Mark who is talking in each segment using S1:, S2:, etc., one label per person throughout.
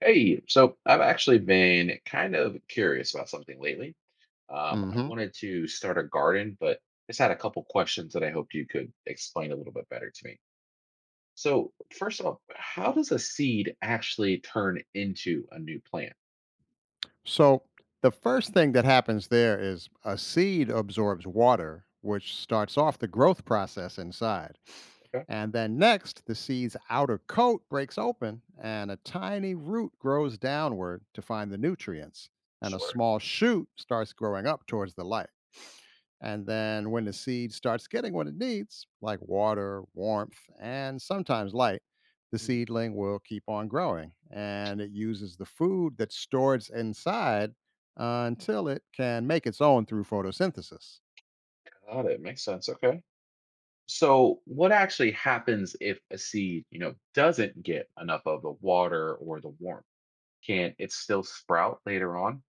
S1: Hey, so I've actually been kind of curious about something lately. I
S2: hmm
S1: wanted to start a garden, but just had a couple questions that I hoped you could explain a little bit better to me. So, first off, how does a seed actually turn into a new plant?
S2: So the first thing that happens there is a seed absorbs water, which starts off the growth process inside.
S1: Okay,
S2: And then next, the seed's outer coat breaks open and a tiny root grows downward to find the nutrients. And a
S1: sure.
S2: small shoot starts growing up towards the light. And then when the seed starts getting what it needs, like water, warmth, and sometimes light, the
S1: Mm,
S2: seedling will keep on growing and it uses the food that's stored inside until it can make its own through photosynthesis.
S1: got it. Makes sense. Okay. So, what actually happens if a seed, doesn't get enough of the water or the warmth? Can it still sprout later on?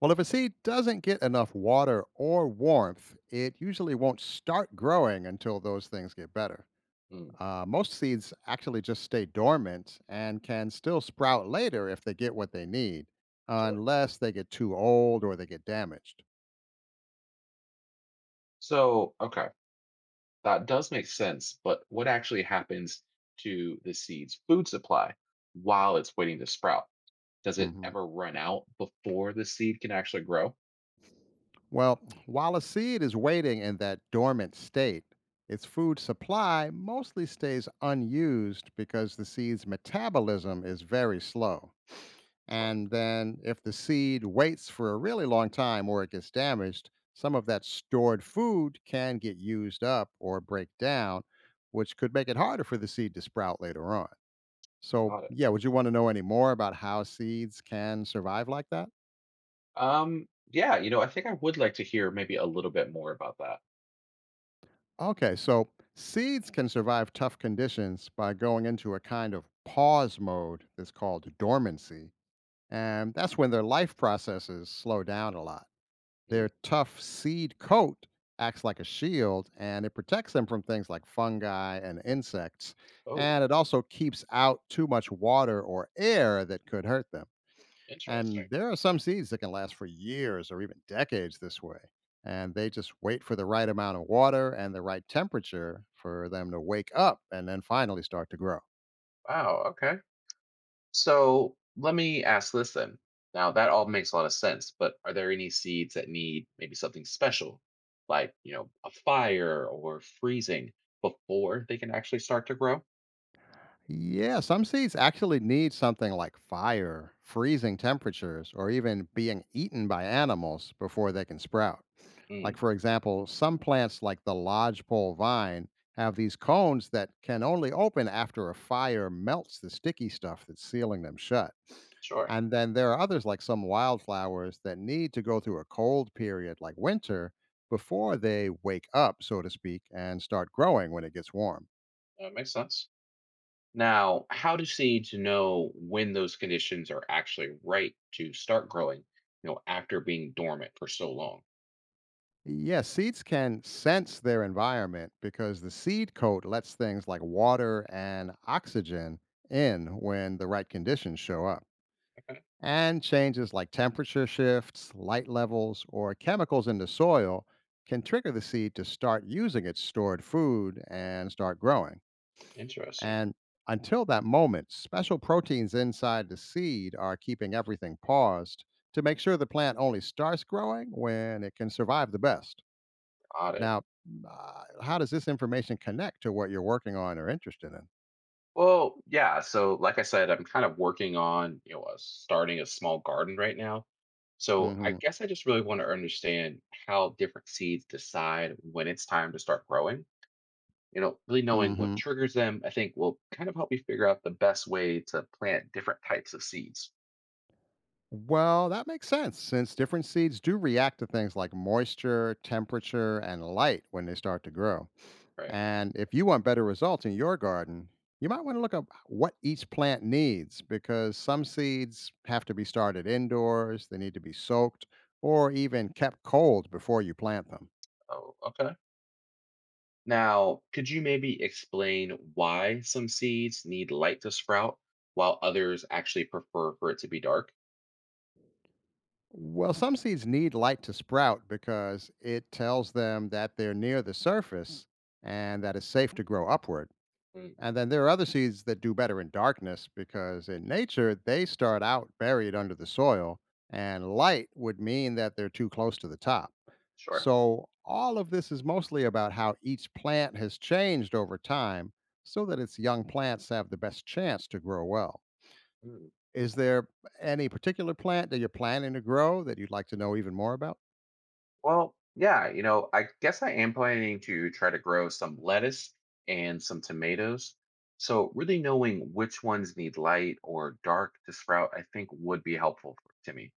S2: Well, if a seed doesn't get enough water or warmth, it usually won't start growing until those things get better.
S1: Mm,
S2: Most seeds actually just stay dormant and can still sprout later if they get what they need,
S1: sure.
S2: unless they get too old or they get damaged.
S1: So, okay. That does make sense, but what actually happens to the seed's food supply while it's waiting to sprout? Does it
S2: hmm
S1: ever run out before the seed can actually grow?
S2: Well, while a seed is waiting in that dormant state, its food supply mostly stays unused because the seed's metabolism is very slow.
S1: Sure.
S2: And then, if the seed waits for a really long time or it gets damaged, some of that stored food can get used up or break down, which could make it harder for the seed to sprout later on. So,
S1: Got it.
S2: yeah, would you want to know any more about how seeds can survive like that?
S1: Yeah, I think I would like to hear maybe a little bit more about that.
S2: Okay, so seeds can survive tough conditions by going into a kind of pause mode that's called dormancy. And that's when their life processes slow down a lot.
S1: Mm.
S2: Their tough seed coat acts like a shield and it protects them from things like fungi and insects.
S1: Oh,
S2: And it also keeps out too much water or air that could hurt them. And
S1: interesting.
S2: there are some seeds that can last for years or even decades this way. And they just wait for the right amount of water and the right temperature for them to wake up and then finally start to grow.
S1: Wow, okay. So let me ask this then. Now that all makes a lot of sense, but are there any seeds that need maybe something special, like a fire or freezing, before they can actually start to grow?
S2: Yeah, some seeds actually need something like fire, freezing temperatures, or even being eaten by animals before they can sprout. Like,
S1: Mm,
S2: for example, some plants like the lodgepole vine have these cones that can only open after a fire melts the sticky stuff that's sealing them shut.
S1: sure,
S2: And then there are others like some wildflowers that need to go through a cold period like winter before they wake up, so to speak, and start growing when it gets warm.
S1: that makes sense. Now, how do seeds know when those conditions are actually right to start growing? After being dormant for so long.
S2: Yeah, seeds can sense their environment because the seed coat lets things like water and oxygen in when the right conditions show up.
S1: Okay,
S2: And changes like temperature shifts, light levels, or chemicals in the soil can trigger the seed to start using its stored food and start growing.
S1: interesting.
S2: And until that moment, special proteins inside the seed are keeping everything paused to make sure the plant only starts growing when it can survive the best.
S1: Got it.
S2: Now, how does this information connect to what you're working on or interested in?
S1: Well, yeah. So, like I said, I'm kind of working on starting a small garden right now. So I
S2: hmm
S1: guess I just really want to understand how different seeds decide when it's time to start growing. Really knowing what
S2: hmm
S1: triggers them, I think will kind of help me figure out the best way to plant different types of seeds.
S2: Well, that makes sense since different seeds do react to things like moisture, temperature, and light when they start to grow.
S1: Right.
S2: And if you want better results in your garden, you might want to look up what each plant needs because some seeds have to be started indoors, they need to be soaked, or even kept cold before you plant them.
S1: Oh, okay. Now, could you maybe explain why some seeds need light to sprout while others actually prefer for it to be dark?
S2: Well, some seeds need light to sprout because it tells them that they're near the surface and that it's safe to grow upward.
S1: Mm,
S2: And then there are other seeds that do better in darkness because in nature, they start out buried under the soil, and light would mean that they're too close to the top.
S1: sure.
S2: So, all of this is mostly about how each plant has changed over time so that its young plants have the best chance to grow well. Is there any particular plant that you're planning to grow that you'd like to know even more about?
S1: Well, yeah, I guess I am planning to try to grow some lettuce and some tomatoes. So, really knowing which ones need light or dark to sprout, I think would be helpful to me.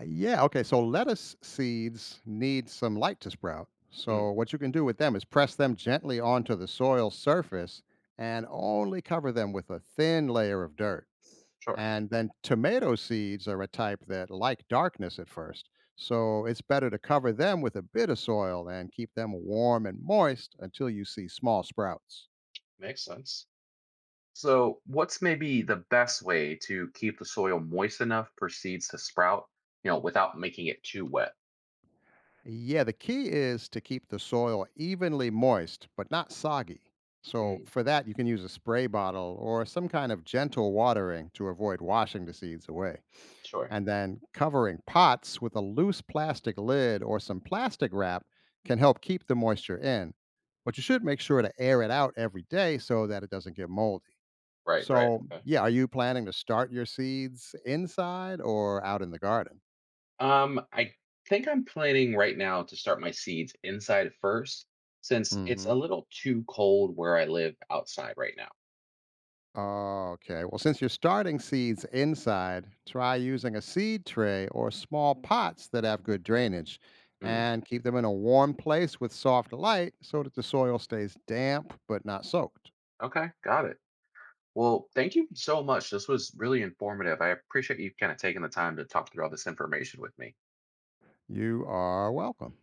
S2: Yeah, okay. So lettuce seeds need some light to sprout.
S1: Mm,
S2: So what you can do with them is press them gently onto the soil surface and only cover them with a thin layer of dirt.
S1: sure,
S2: And then tomato seeds are a type that like darkness at first. So it's better to cover them with a bit of soil and keep them warm and moist until you see small sprouts.
S1: makes sense. So, what's maybe the best way to keep the soil moist enough for seeds to sprout, without making it too wet?
S2: Yeah, the key is to keep the soil evenly moist, but not soggy. So,
S1: Mm,
S2: for that, you can use a spray bottle or some kind of gentle watering to avoid washing the seeds away.
S1: sure,
S2: And then covering pots with a loose plastic lid or some plastic wrap can help keep the moisture in. But you should make sure to air it out every day so that it doesn't get moldy.
S1: right. Right.
S2: So,
S1: Okay.
S2: yeah, are you planning to start your seeds inside or out in the garden?
S1: I think I'm planning right now to start my seeds inside first, since it's
S2: Mm-hmm.
S1: a little too cold where I live outside right now.
S2: Oh, okay. Well, since you're starting seeds inside, try using a seed tray or small pots that have good drainage
S1: Mm,
S2: and keep them in a warm place with soft light so that the soil stays damp but not soaked.
S1: okay, got it. Well, thank you so much. This was really informative. I appreciate you kind of taking the time to talk through all this information with me.
S2: You are welcome.